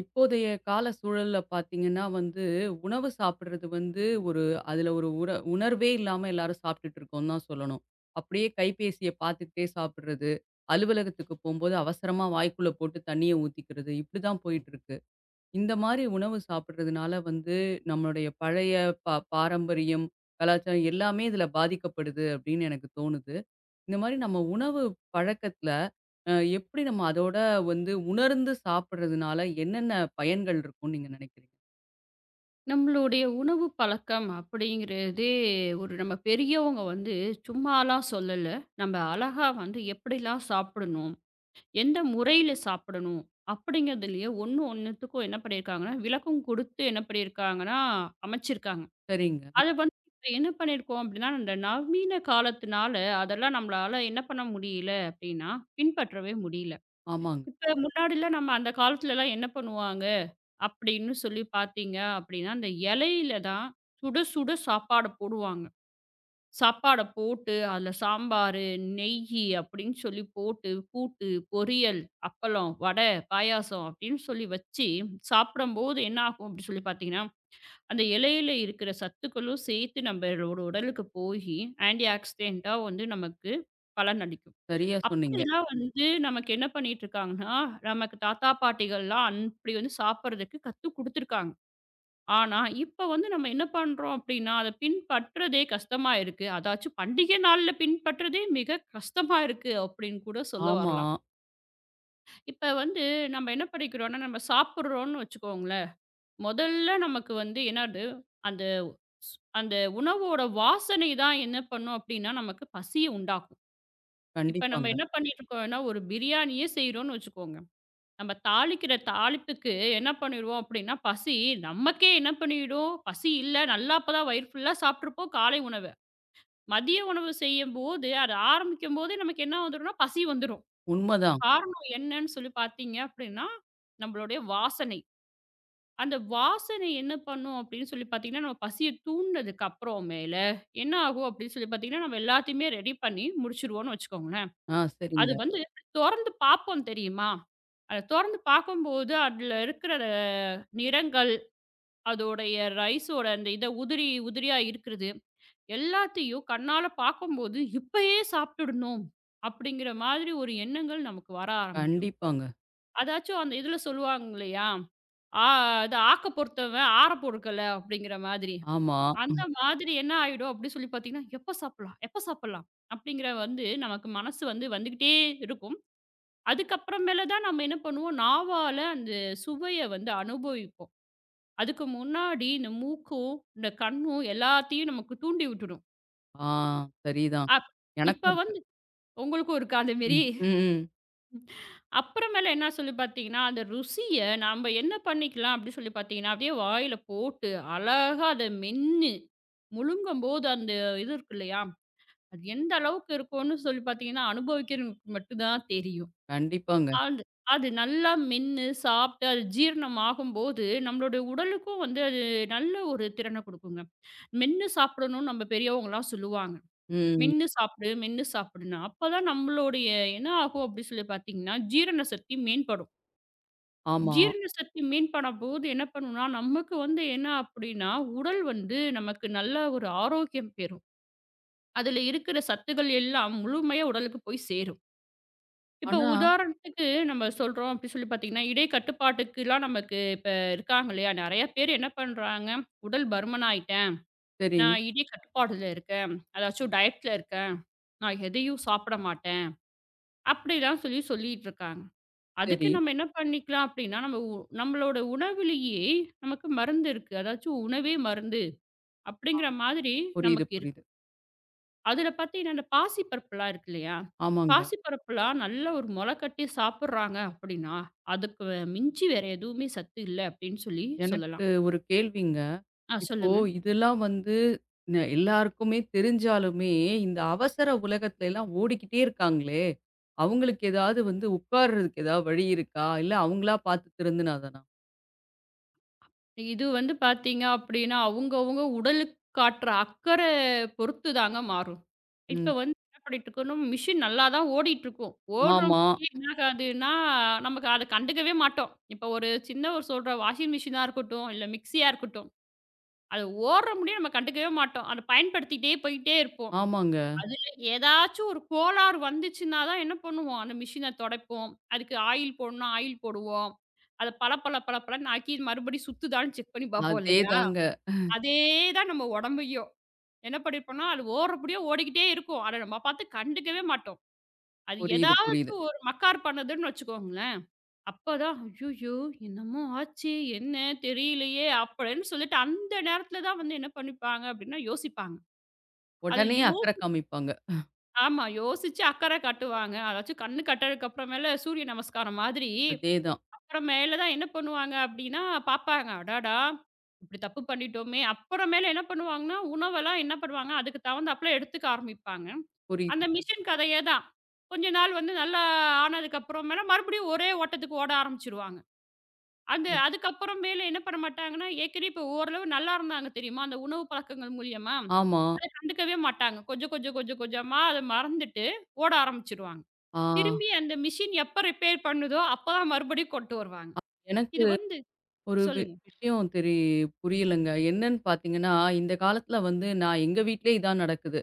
இப்போதைய கால சூழல்ல பார்த்தீங்கன்னா வந்து, உணவு சாப்பிடுறது வந்து ஒரு அதில ஒரு உற உணர்வே இல்லாம எல்லாரும் சாப்பிட்டுட்டு இருக்கோம்னு தான் சொல்லணும். அப்படியே கைபேசிய பார்த்துக்கிட்டே சாப்பிடுறது, அலுவலகத்துக்கு போம்போது அவசரமா வாய்க்குள்ள போட்டு தண்ணீய ஊத்திக்கிறது, இப்படி தான் போயிட்டுருக்கு. இந்த மாரி உணவு சாப்பிடுறதுனால வந்து நம்மளுடைய பழைய பாரம்பரியம், கலாச்சாரம் எல்லாமே இதில பாதிக்கப்படுது அப்படின்னு எனக்கு தோணுது. இந்த மாரி நம்ம உணவு பழக்கத்துல, அ எப்படி நம்ம அதோட வந்து உணர்ந்து சாப்பிடுறதுனால என்னென்ன பயன்கள் இருக்கும்னு நீங்க நினைக்கிறீங்க? நம்மளுடைய உணவு பழக்கம் அப்படிங்கிறதே ஒரு நம்ம பெரியவங்க வந்து சும்மாலாம் சொல்லலை. நம்ம அழகா வந்து எப்படிலாம் சாப்பிடணும், எந்த முறையில் சாப்பிடணும் அப்படிங்கிறதுலயே ஒன்று ஒன்றுத்துக்கும் என்ன பண்ணியிருக்காங்கன்னா விளக்கம் கொடுத்து என்ன பண்ணியிருக்காங்கன்னா அமைச்சிருக்காங்க. சரிங்க. அதை வந்து இப்போ என்ன பண்ணியிருக்கோம் அப்படின்னா, இந்த நவீன காலத்தினால அதெல்லாம் நம்மளால என்ன பண்ண முடியல அப்படின்னா, பின்பற்றவே முடியல. ஆமாங்க. இப்போ முன்னாடிலாம் நம்ம அந்த காலத்துலலாம் என்ன பண்ணுவாங்க அப்படின்னு சொல்லி பார்த்தீங்க அப்படின்னா, அந்த இலையில தான் சுட சுட சாப்பாட போடுவாங்க. சாப்பாட போட்டு அதில சாம்பாரு, நெய்யி அப்படின்னு சொல்லி போட்டு, கூட்டு, பொரியல், அப்பளம், வடை, பாயாசம் அப்படின்னு சொல்லி வச்சு சாப்பிடும்போது என்ன ஆகும் அப்படின்னு சொல்லி பார்த்தீங்கன்னா, அந்த இலையில இருக்கிற சத்துக்களும் சேர்த்து நம்மளோட உடலுக்கு போயி ஆன்டி ஆக்சிடென்ட்டா வந்து நமக்கு பலனளிக்கும். சரியா சொன்னீங்க. அப்படிலாம் வந்து நமக்கு என்ன பண்ணிட்டு இருக்காங்கன்னா, நமக்கு தாத்தா, பாட்டிகள்லாம் அப்படி வந்து சாப்பிடுறதுக்கு கத்துக் குடுத்துருக்காங்க. ஆனா, இப்ப வந்து நம்ம என்ன பண்றோம் அப்டின்னா, அத பின்பற்றதே கஷ்டமா இருக்கு. அதாச்சும் பண்டிகை நாள்ல பின்பற்றதே மிக கஷ்டமா இருக்கு அப்டின்னு கூட சொல்ல ஆமா. வரலாம். இப்ப வந்து நம்ம என்ன பண்ணிக்கிறோம்னா, நம்ம சாப்பிடுறோம்னு வச்சுக்கோங்களேன். முதல்ல நமக்கு வந்து என்னது அந்த அந்த உணவோட வாசனை தான் என்ன பண்ணும் அப்டின்னா, நமக்கு பசிய உண்டாக்கும். இப்ப நம்ம கண்டிப்பாங்க. என்ன பண்ணிட்டுருக்கோம்னா, ஒரு பிரியாணியே செய்றோம்னு வச்சுக்கோங்க. நம்ம தாளிக்கிற தாளிப்புக்கு என்ன பண்ணிருவோம் அப்படின்னா, பசி நமக்கே என்ன பண்ணிடும், பசி இல்ல நல்லா அப்பதான் வயிறு ஃபுல்லா சாப்பிட்டுருப்போம் காலை உணவ. மதிய உணவு செய்யும்போது, அது ஆரம்பிக்கும்போதே நமக்கு என்ன வந்துரும்னா, பசி வந்துரும். உண்மதான். காரணம் என்னன்னு சொல்லி பார்த்தீங்க அப்படின்னா, நம்மளுடைய வாசனை. அந்த வாசனை என்ன பண்ணும் அப்படின்னு சொல்லி பார்த்தீங்கன்னா, நம்ம பசிய தூண்டுனதுக்கு அப்புறம் மேல என்ன ஆகும் அப்படின்னு சொல்லி பார்த்தீங்கன்னா, நம்ம எல்லாத்தையுமே ரெடி பண்ணி முடிச்சுருவோம்னு வச்சுக்கோங்களேன். ஆ சரிங்க. அது வந்து தொறந்து பார்ப்போம் தெரியுமா? அத தொறந்து பார்க்கும்போது அதுல இருக்கிற நிறங்கள், அதோடைய ரைஸோட அந்த இத உதிரி உதிரியா இருக்கிறது, எல்லாத்தையும் கண்ணால பார்க்கும்போது, "இப்பயே சாப்பிட்டுடணும்." அப்படிங்கிற மாதிரி ஒரு எண்ணங்கள் நமக்கு வர ஆரம்பிக்கும். கண்டிப்பாங்க. அதாச்சும் அந்த இதுல சொல்லுவாங்க இல்லையா? ஆ "இது ஆக்க பொறுத்தவன் ஆற பொறுக்கல." அப்படிங்கிற மாதிரி. ஆமா. அந்த ம். மாதிரி என்ன ஆயிடும் அப்படி சொல்லி பார்த்தீங்கன்னா, "எப்ப சாப்பிடலாம்? எப்ப சாப்பிடலாம்?" அப்படிங்கிற வந்து நமக்கு மனசு வந்து வந்துகிட்டே இருக்கும். அதுக்கப்புறமேல தான் நம்ம என்ன பண்ணுவோம், நாவால அந்த சுவைய வந்து அனுபவிப்போம். அதுக்கு முன்னாடி இந்த மூக்கும், இந்த கண்ணும் எல்லாத்தையும் நமக்கு தூண்டி விட்டுடும். ஆ சரிதான். அப் எனக்கும் இப்ப இருக்கு. வந்து உங்களுக்கும் இருக்கா அந்த ம். மாரி? ம். ம். அப்புறமேல என்ன சொல்லி பார்த்தீங்கன்னா, அந்த ருசிய நாம என்ன பண்ணிக்கலாம் அப்டி சொல்லி பார்த்தீங்கன்னா, அப்படியே வாயில போட்டு அழகா அத மென்னு முழுங்கும்போது அந்த இது இருக்கு இல்லையா? அது எந்த அளவுக்கு இருக்கும்னு சொல்லி பார்த்தீங்கன்னா, அனுபவிக்கிறவங்களுக்கு மட்டும் தான் தெரியும். கண்டிப்பாங்க. அது அது நல்லா மென்னு, சாப்பிட்டு அது ஜீரணம் ஆகும்போது, நம்மளுடைய உடலுக்கும் வந்து அது நல்ல ஒரு திறன குடுக்குங்க. மென்னு சாப்பிடணும்னு நம்ம பெரியவங்கலாம் சொல்லுவாங்க. ம். ம். மென்னு சாப்பிடு, மென்னு சாப்பிடுன்னு. அப்பதான் நம்மளுடைய என்ன ஆகும் அப்படி சொல்லி பார்த்தீங்கன்னா, ஜீரண சக்தி மேம்படும். ஆமா. ஜீரண சக்தி மேம்படும்போது என்ன பண்ணும்னா, நமக்கு வந்து என்ன அப்படின்னா, உடல் வந்து நமக்கு நல்ல ஒரு ஆரோக்கியம் பெறும். அதுல இருக்கிற சத்துக்கள் எல்லாம் முழுமையா உடலுக்கு போய் சேரும். இப்ப ஆனா உதாரணத்துக்கு நம்ம சொல்றோம் அப்படி சொல்லி பார்த்தீங்கன்னா, இடை கட்டுப்பாட்டுக்குலாம் நமக்கு இப்ப இருக்காங்க இல்லையா? நெறைய பேர் என்ன பண்றாங்க, "உடல் பருமன் ஆயிட்டேன். சரி, நான் இடை கட்டுப்பாடுல இருக்கேன். அதாச்சும் டயட்ல இருக்கேன். நான் எதையும் சாப்பிட மாட்டேன்." அப்படிலாம் சொல்லி சொல்லிட்டு இருக்காங்க. அதுக்கு சரி. நம்ம என்ன பண்ணிக்கலாம் அப்படின்னா, நம்மளோட உணவிலேயே நமக்கு மருந்து இருக்கு. அதாச்சும் உணவே மருந்து அப்படிங்கிற மாதிரி புரியுது, நமக்கு இருக்கு. புரியுது. அதில பார்த்தீங்கன்னா, இந்த பாசி பருப்புலாம் இருக்கு இல்லையா? ஆமாங்க. பாசி பருப்புலாம் நல்லா ஒரு மொள கட்டி சாப்பிடுறாங்க அப்படின்னா, அதுக்கு மிஞ்சி வேற எதுவுமே சத்து இல்ல அப்படின்னு சொல்லி எனக்கு சொல்லலாம். ஒரு கேள்விங்க. ஆ இப்போ சொல்லுங்க. இதெல்லாம் வந்து எல்லாருக்குமே தெரிஞ்சாலுமே, இந்த அவசர உலகத்துல எல்லாம் ஓடிக்கிட்டே இருக்காங்களே! அவங்களுக்கு ஏதாவது வந்து உட்கார்றதுக்கு ஏதாவது வழி இருக்கா? இல்ல அவங்களா பார்த்து திருந்துனாதானா? இது வந்து பார்த்தீங்க அப்படின்னா, அவங்கவங்க உடலுக்கு காட்டுற அக்கறை பொறுத்து தாங்க மாறும். இப்ப ம். வந்து என்ன பண்ணிட்டு இருக்கணும், மிஷின் நல்லா தான் ஓடிட்டுருக்கும். ஆமா. ஓடுறோங்கயே என்னாகாதுன்னா, நமக்கு அத கண்டுக்கவே மாட்டோம். இப்ப ஒரு சின்ன ஒரு சொல்ற வாஷிங் மிஷினா இருக்கட்டும், இல்ல மிக்ஸியா இருக்கட்டும். அது ஓடுற முடியும் நம்ம கண்டுக்கவே மாட்டோம். அத பயன்படுத்திட்டே போயிட்டே இருப்போம். ஆமாங்க. அதுல ஏதாச்சும் ஒரு கோளாறு வந்துச்சுன்னா தான் என்ன பண்ணுவோம், அந்த மிஷின தொடைப்போம். அதுக்கு ஆயில் போடணும்னா ஆயில் போடுவோம். அத பள பள பள பளன்னு ஆக்கி மறுபடியும் சுத்துதான்னு செக் பண்ணி பார்ப்போம் இல்லையா? அதேதாங்க. அதே தான் நம்ம உடம்பையும். என்ன பண்ணியிருப்போம்னா, அது ஓடுறபடியே ஓடிக்கிட்டே இருக்கும். அத நம்ம பார்த்து கண்டுக்கவே மாட்டோம். அது புரியுது, புரியுது. ஏதாச்சும் ஒரு மக்கார் பண்ணுதுன்னு வச்சுக்கோங்களேன். அப்பதான் ஐயையோ! என்னமோ ஆச்சு? என்ன தெரியலையே! அப்படின்னு சொல்லிட்டு அந்த நேரத்துல தான் வந்து என்ன பண்ணிப்பாங்க அப்படின்னா, யோசிப்பாங்க. அது உடனே யோ அக்கறை காமிப்பாங்க. ஆமா. யோசிச்சு அக்கறை காட்டுவாங்க. அதாச்சும் கண்ணு கட்டுறதுக்கு அப்புறமேல சூரிய நமஸ்காரம் மாதிரி, அதேதான். அப்புறமேல தான் என்ன பண்ணுவாங்க அப்படின்னா, பார்ப்பாங்க. அடடா! இப்படி தப்பு பண்ணிட்டோமே! அப்புறமேல என்ன பண்ணுவாங்கன்னா, உணவெல்லாம் என்ன பண்ணுவாங்க, அதுக்கு தகுந்தாப்புல எடுத்துக்க ஆரம்பிப்பாங்க. அந்த புரியுதுங்க. மிஷின் கதையே தான். கொஞ்ச நாள் வந்து நல்லா ஆனதுக்கு அப்புறமேல மறுபடியும் ஒரே ஓட்டத்துக்கு ஓட ஆரம்பிச்சுருவாங்க. அந்த அதுக்கப்புறம் மேல என்ன பண்ண மாட்டாங்கன்னா, ஏற்கனவே இப்போ ஓரளவு நல்லா இருந்தாங்க தெரியுமா? அந்த உணவு பழக்கங்கள் மூலியமா, ஆமா. அத கண்டுக்கவே மாட்டாங்க. கொஞ்சம் கொஞ்சம் கொஞ்சம் கொஞ்சமா அத மறந்துட்டு ஓட ஆரம்பிச்சுருவாங்க. ஆ திரும்பி அந்த மிஷின் எப்ப ரிப்பேர் பண்ணுதோ, அப்பதான் மறுபடியும் கொண்டு வருவாங்க. எனக்கு இது வந்து ஒரு சொல்லுங்க. விஷயம் தெரி புரியலங்க. என்னன்னு பார்த்தீங்கன்னா, இந்த காலத்துல வந்து நான் எங்க வீட்லயே இதான் நடக்குது.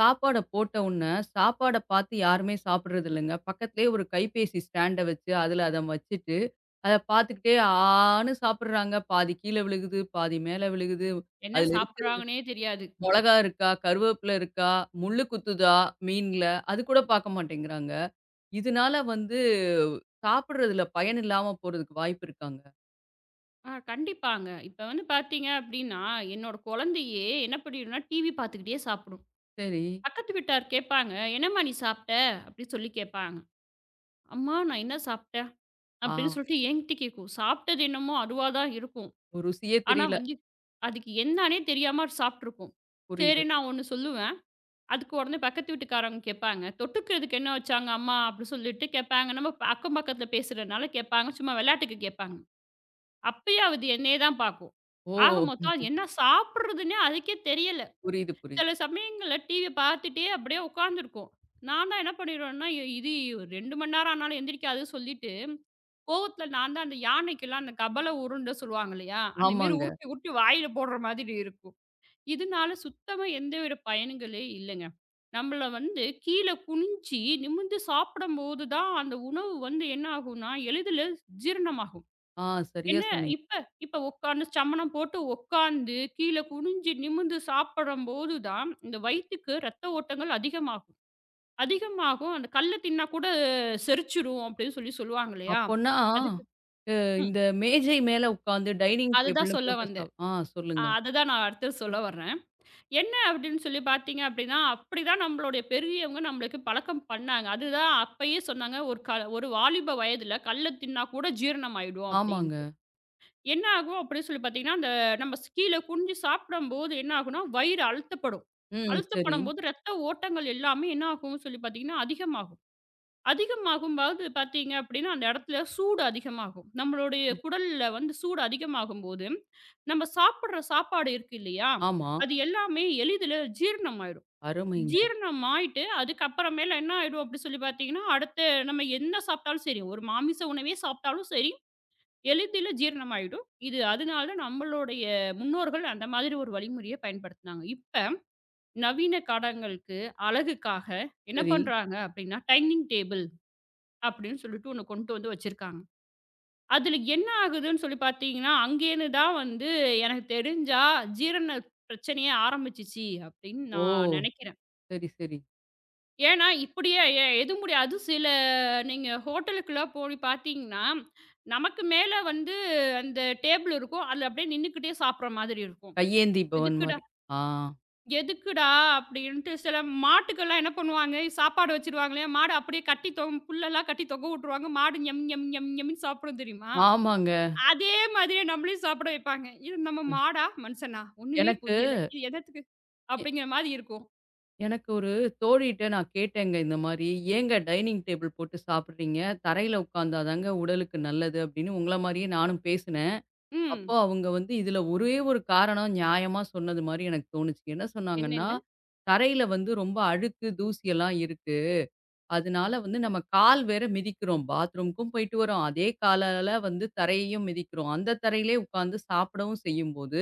சாப்பாட போட்ட உடனே, சாப்பாட பார்த்து யாருமே சாப்பிடுறது இல்லங்க. பக்கத்திலேயே ஒரு கைபேசி ஸ்டாண்ட வச்சு, அதில அத வச்சுட்டு, அத பார்த்துக்கிட்டே ஆன்னு சாப்பிடுறாங்க. பாதி கீழ விழுகுது, பாதி மேல விழுகுது. என்ன அதில இருக்கிற சாப்பிடுறாங்கன்னே தெரியாது. மொளகா இருக்கா? கருவேப்பில இருக்கா? முள்ளு குத்துதா மீன்ல? அது கூட பார்க்க மாட்டேங்கிறாங்க. இதனால வந்து சாப்பிடுறதில பயன் இல்லாம போறதுக்கு வாய்ப்பு இருக்காங்க. ஆ கண்டிப்பாங்க. இப்ப வந்து பார்த்தீங்க அப்படின்னா, என்னோட குழந்தையே என்ன பண்ணிடும்னா, டிவி பார்த்துக்கிட்டே சாப்பிடும். சரி. பக்கத்து வீட்டார் கேட்பாங்க, "என்னம்மா நீ சாப்பிட்ட?" அப்படின்னு சொல்லி கேட்பாங்க. "அம்மா நான் என்ன சாப்பிட்டேன்?" ஆ அப்படின்னு சொல்லிட்டு என்கிட்ட கேட்கும். சாப்பிட்டது என்னமோ அதுவா தான் இருக்கும். ருசியே ஆனா தெரியல. வந்து அதுக்கு என்னான்னே தெரியாம அது சாப்பிட்டுருக்கும். சரி புரியுது. நான் ஒண்ணு சொல்லுவேன். அதுக்கு உடனே பக்கத்து வீட்டுக்காரவங்க கேட்பாங்க. தொட்டுக்கிறதுக்கு என்ன வச்சாங்க அம்மா? அப்படின்னு சொல்லிட்டு கேட்பாங்க. நம்ம அக்கம் பக்கத்துல பேசுறதுனால கேட்பாங்க. சும்மா விளையாட்டுக்கு கேட்பாங்க. அப்பயும் அது என்னைய தான் பார்க்கும். ஆக ஓ! மொத்தம் அது என்ன சாப்பிடுறதுன்னே அதுக்கே தெரியல. புரியுது, சில புரியுது. சமயங்கள்ல டிவிய பார்த்துட்டே அப்படியே உட்காந்துருக்கும். நான் தான் என்ன பண்ணிருவேன்னா, இது 2 மணி நேரம் ஆனாலும் எந்திரிக்காது சொல்லி கோவத்துல நான் தான் அந்த யானைக்கெல்லாம் அந்த கபல உருண்ட சொல்லுவாங்க இல்லையா? அந்த மாரி ஆமாங்க. உருட்டி உருட்டி வாயில போடுற மாதிரி இருக்கும். இதனால சுத்தமா எந்த ஒரு பயன்களே இல்லங்க. நம்மள வந்து கீழ குனிஞ்சு நிமிர்ந்து சாப்பிடும்போது தான் அந்த உணவு வந்து என்ன ஆகும்னா, எளிதில ஜீரணமாகும். ஆ சரியா என்ன சொன்னீங்க. இப்ப இப்ப உட்கார்ந்து சமணம் போட்டு உட்கார்ந்து கீழ குனிஞ்சு நிமிர்ந்து சாப்பிடும்போது தான் இந்த வயித்துக்கு ரத்த ஓட்டங்கள் அதிகமாகும். அதிகமாகும் அந்த கல்ல தின்னா கூட செரிச்சுரும் அப்படின்னு சொல்லி சொல்லுவாங்க இல்லையா? அப்போன்னா அதுக்கு ம். இந்த மேஜை மேல உட்காந்து டைனிங் அதுதான் டேபிள்னு சொல்ல போட்டு வந்தேன். சாப் ஆ அ சொல்லுங்க. அததான் நான் அடுத்து சொல்ல வர்றேன். என்ன அப்படின்னு சொல்லி பார்த்தீங்க அப்படின்னா, அப்படிதான் நம்மளுடைய பெரியவங்க நம்மளுக்கு பழக்கம் பண்ணாங்க. அதுதான் அப்பயே சொன்னாங்க, " ஒரு வாலிப வயதில கல்ல தின்னா கூட ஜீரணம் ஆயிடும்" ஆமாங்க. அப்படின்ட்டு. என்ன ஆகும் அப்படின்னு சொல்லி பார்த்தீங்கன்னா, அந்த நம்ம ஸ் கீழ குனிஞ்சு சாப்பிடும்போது என்ன ஆகும்னா, வயிறு அழுத்தப்படும். ம். சரி. அழுத்தப்படும்போது ரத்த ஓட்டங்கள் எல்லாமே என்ன ஆகும்னு சொல்லி பார்த்தீங்கன்னா, அதிகமாகும். அதிகமாகும்போது பார்த்தீங்க அப்படின்னா, அந்த இடத்துல சூடு அதிகமாகும். நம்மளுடைய ம். குடல்ல வந்து சூடு அதிகமாகும்போது, நம்ம சாப்பிடுற சாப்பாடு இருக்கு இல்லையா? ஆமா. அது எல்லாமே எளிதில ஜீரணம் ஆயிடும். அருமைங்க. ஜீரணம் ஆயிட்டு அதுக்கப்புறமேல என்ன ஆயிடும் அப்படி சொல்லி பார்த்தீங்கன்னா, அடுத்து நம்ம என்ன சாப்பிட்டாலும் சரி, ஒரு மாமிச உணவே சாப்பிட்டாலும் சரி, எளிதில ஜீரணம் ஆயிடும். இது அதனால நம்மளுடைய முன்னோர்கள் அந்த மாதிரி ஒரு வழிமுறைய பயன்படுத்துனாங்க. இப்ப நவீன காலங்களுக்கு அழகுக்காக என்ன சரி. பண்றாங்க அப்படின்னா, டைனிங் டேபிள் அப்படின்னு சொல்லிட்டு ஒண்ணு கொண்டு வந்து வச்சிருக்காங்க. அதுல என்ன ஆகுதுன்னு சொல்லி பார்த்தீங்கன்னா, அங்கேருந்து தான் வந்து எனக்கு தெரிஞ்சா ஜீரண பிரச்சனையே ஆரம்பிச்சுச்சு அப்படின்னு ஓ! நான் நெனைக்கிறேன். சரி, சரி. ஏன்னா, இப்படியே எதுமுடி அது சில நீங்க ஹோட்டலுக்குலாம் போய் பார்த்தீங்கன்னா, நமக்கு மேல வந்து அந்த டேபிள் இருக்கும். அதுல அப்படியே நின்னுக்கிட்டே சாப்பிடுற மாதிரி இருக்கும். கையேந்தி பவன் "எதுக்குடா மாரி. ஆ. எதுக்குடா?" அப்படின்ட்டு சில மாட்டுக்கெல்லாம் என்ன பண்ணுவாங்க, சாப்பாடு வச்சுருவாங்க இல்லையா? மாடு அப்படியே கட்டி புல்லெல்லாம் கட்டி தொங்க விட்டுருவாங்க. மாடு எம் எம் எம் எம்ன்னு சாப்பிடும் தெரியுமா? ஆமாங்க. அதே மாதிரியே நம்மளையும் சாப்பிட வைப்பாங்க. இது நம்ம மாடா? மனுஷனா? ஒண்ணுமே எனக்கு புரியல. இது எதத்துக்கு? எ அப்படிங்கிற மாரி இருக்கும். எனக்கு ஒரு தோழிட்ட நான் கேட்டேங்க இந்த மாரி, "ஏங்க டைனிங் டேபிள் போட்டு சாப்பிடுறீங்க? தரையில உட்கார்ந்தா தாங்க உடலுக்கு நல்லது" அப்படின்னு உங்கள மாரியே நானும் பேசினேன். ம். அப்போ அவங்க வந்து இதுல ஒரே ஒரு காரணம் நியாயமா சொன்னது மாரி எனக்கு தோணுச்சு. என்ன சொன்னாங்கன்னா, என்னங்க? தரையில வந்து ரொம்ப அழுக்கு, தூசியெல்லாம் இருக்கு. அதனால வந்து நம்ம கால் வேற மிதிக்கிறோம். பாத்ரூம்க்கும் போயிட்டு வரோம். அதே காலால வந்து தரையையும் மிதிக்கிறோம். அந்த தரையிலே உட்காந்து சாப்பிடவும் செய்யும்போது,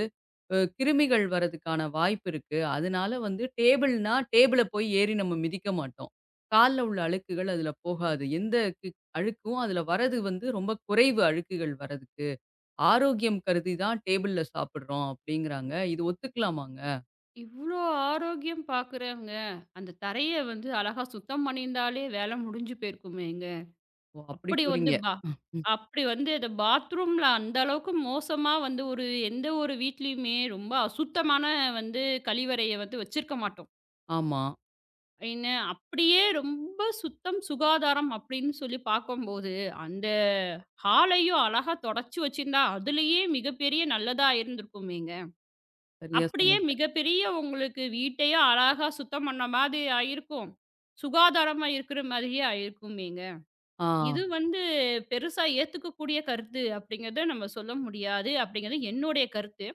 கிருமிகள் வரதுக்கான வாய்ப்பு இருக்கு. அதனால வந்து டேபிள்னா டேபிள போய் ஏறி நம்ம மிதிக்க மாட்டோம். கால்ல உள்ள அழுக்குகள் அதுல போகாது. எந்த கி அழுக்கும் அதுல வரது வந்து ரொம்ப குறைவு அழுக்குகள் வரதுக்கு. ஆரோக்கியம் கருதி தான் டேபிள்ல சாப்பிடுறோம் அப்படிங்கிறாங்க. இது ஒத்துக்கலாமாங்க? இவ்ளோ ஆரோக்கியம் பாக்குறவங்க, அந்த தரைய வந்து அழகா சுத்தம் பண்ணியிருந்தாலே வேல முடிஞ்சு போயிருக்குமேங்க. ஓ! அப்படி அப்படி போறீங்க. வந்து பா ம், ம். அப்படி வந்து அந்த பாத்ரூம்ல அந்த அளவுக்கு மோசமா வந்து ஒரு எந்த ஒரு வீட்லயுமே ரொம்ப அசுத்தமான வந்து கழிவறைய வந்து வச்சிருக்க மாட்டோம். ஆமா. என்ன அப்படியே ரொம்ப சுத்தம், சுகாதாரம் அப்படின்னு சொல்லி பாக்கும்போது, அந்த ஹாலையும் அழகா தொடச்சு வச்சிருந்தா, அதுலயே மிகப்பெரிய நல்லதா இருந்திருக்குமேங்க. சரியா அப்படியே சொன்னீங்க. மிகப்பெரிய உங்களுக்கு வீட்டையே அழகா சுத்தம் பண்ண மாதிரி ஆயிருக்கும். சுகாதாரமா இருக்கிற மாதிரியே ஆயிருக்குமேங்க. ஆ. இது வந்து பெருசா ஏத்துக்கக்கூடிய கருத்து அப்படிங்கிறத நம்ம சொல்ல முடியாது, அப்படிங்கிறது என்னுடைய கருத்து.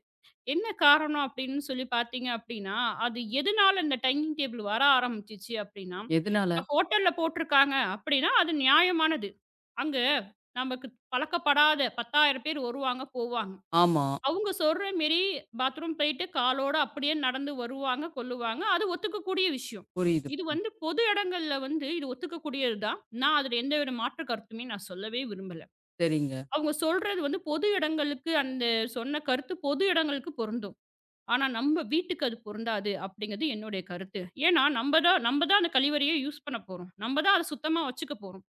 என்ன காரணம் அப்படின்னு சொல்லி பார்த்தீங்க அப்படின்னா, அது எதனால இந்த டைனிங் டேபிள் வர ஆரம்பிச்சுச்சு அப்படின்னா, எதனால? இப்ப ஹோட்டல்ல போட்டிருக்காங்க அப்படின்னா, அது நியாயமானது. அங்க நமக்கு பழக்கப்படாத 10,000 பேர் வருவாங்க, போவாங்க. ஆமா. அவங்க சொல்ற மாரி பாத்ரூம் போயிட்டு காலோட அப்படியே நடந்து வருவாங்க, கொல்லுவாங்க. அது ஒத்துக்கக்கூடிய விஷயம். புரியுது, இது புரியுது. வந்து பொது இடங்கள்ல வந்து இது ஒத்துக்கக்கூடியது தான். நான் அதில எந்தவித மாற்று கருத்துமே நான் சொல்லவே விரும்பல. சரிங்க. அவங்க சொல்றது வந்து பொது இடங்களுக்கு அந்த சொன்ன கருத்து பொது இடங்களுக்கு பொருந்தும். ஆனா, நம்ம வீட்டுக்கு அது பொருந்தாது அப்படிங்கிறது என்னுடைய கருத்து. ஏன்னா, நம்ம தான் அந்த கழிவறைய யூஸ் பண்ண போறோம். நம்ம தான் அத சுத்தமா வச்சுக்க போறோம்.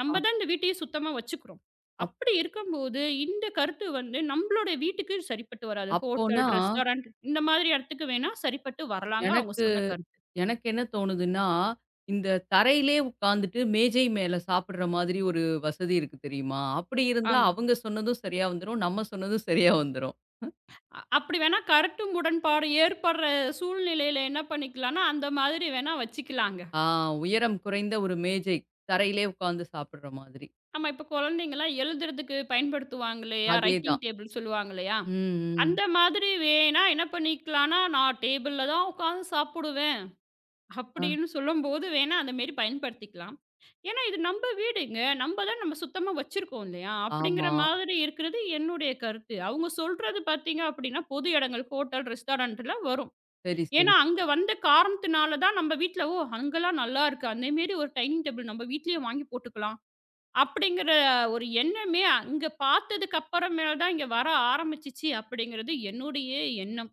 நம்ம அ தான் இந்த வீட்டையே சுத்தமா வச்சுக்கிறோம். அப் அப்படி இருக்கும்போது, இந்த கருத்து வந்து நம்மளோட வீட்டுக்கு சரிப்பட்டு வராது. ஹோட்டல், அப்போனா ரெஸ்டாரண்ட் இந்த மாதிரி இடத்துக்கு வேணா சரிப்பட்டு வரலாங்க அவங்க எனக்கு சொன்ன கருத்து. எனக்கு என்ன தோணுதுன்னா, இந்த தரையிலே உட்காந்துட்டு மேஜை மேல சாப்பிடுற மாதிரி ஒரு வசதி இருக்கு தெரியுமா? அப்படி இருந்தா ஆமா. அவங்க சொன்னதும் சரியா வந்துரும். நம்ம சொன்னதும் சரியா வந்துரும். அப்படி வேணா கருத்து முடன்பாடு ஏற்படுற சூழ்நிலையில என்ன பண்ணிக்கலாம்னா, அந்த மாதிரி வேணா வச்சுக்கலாங்க. ஆ உயரம் குறைந்த ஒரு மேஜை. தரையிலே உட்காந்து சாப்பிடுற மாதிரி. நம்ம இப்ப குழந்தைங்கலாம் எழுதுறதுக்கு பயன்படுத்துவாங்க இல்லையா? ரைட்டிங் அதேதான். டேபிள் சொல்லுவாங்க இல்லையா? ம், ம். அந்த மாதிரி வேணா என்ன பண்ணிக்கலாம்னா, "நான் டேபிள்ல தான் உட்காந்து சாப்பிடுவேன்" அ. அப்படின்னு சொல்லும்போது வேணா அந்த மாரி பயன்படுத்திக்கலாம். ஏன்னா, இது நம்ம வீடுங்க. நம்ம தான் நம்ம சுத்தமா வச்சிருக்கோம் இல்லையா? அப்படிங்கிற ஆமா. மாதிரி இருக்கிறது என்னுடைய கருத்து. அவங்க சொல்றது பார்த்தீங்க அப்படின்னா, பொது இடங்கள், ஹோட்டல், ரெஸ்டாரண்ட்ல வரும். சரி, சரி. ஏன்னா, அங்க வந்த காரணத்தினால தான் நம்ம வீட்ல, "ஓ! அங்கலாம் நல்லா இருக்கு. அந்த மாரி ஒரு டைனிங் டேபிள் நம்ம வீட்லயே வாங்கி போட்டுக்கலாம்." அப்படிங்கிற ஒரு எண்ணமே அங்க பார்த்ததுக்கு அப்புறமேல் தான் இங்க வர ஆரம்பிச்சுச்சு அப்படிங்கிறது என்னுடைய எண்ணம்.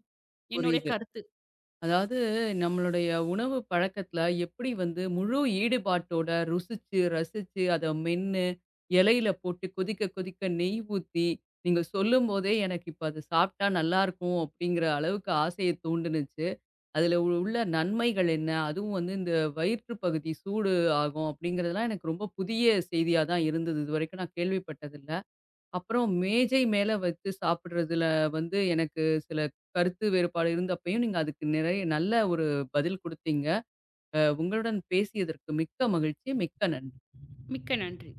என்னுடைய புரியுது. கருத்து. அதாவது நம்மளுடைய உணவு பழக்கத்துல எப்படி வந்து முழு ஈடுபாட்டோட ருசிச்சு, ரசிச்சு, அத மென்னு இலையில போட்டு கொதிக்க, கொதிக்க நெய் ஊத்தி, நீங்க சொல்லும்போதே எனக்கு இப்ப அது சாப்பிட்டா நல்லாருக்கும் அப்படிங்கிற அளவுக்கு ஆசைய தூண்டுனுச்சு. அதுல உள்ள நன்மைகள் என்ன? அதுவும் வந்து இந்த வயிற்று பகுதி சூடு ஆகும் அப்படிங்கிறதெல்லாம் எனக்கு ரொம்ப புதிய செய்தியா தான் இருந்தது. இதுவரைக்கும் நான் கேள்விப்பட்டதில்ல. அப்புறம் மேஜை மேல வச்சு சாப்பிடுறதுல வந்து எனக்கு சில கருத்து வேறுபாடு இருந்தப்பயும், நீங்க அதுக்கு நிறைய நல்ல ஒரு பதில் குடுத்தீங்க. அ உங்களுடன் பேசியதற்கு மிக்க மகிழ்ச்சி. மிக்க நன்றி. மிக்க நன்றி.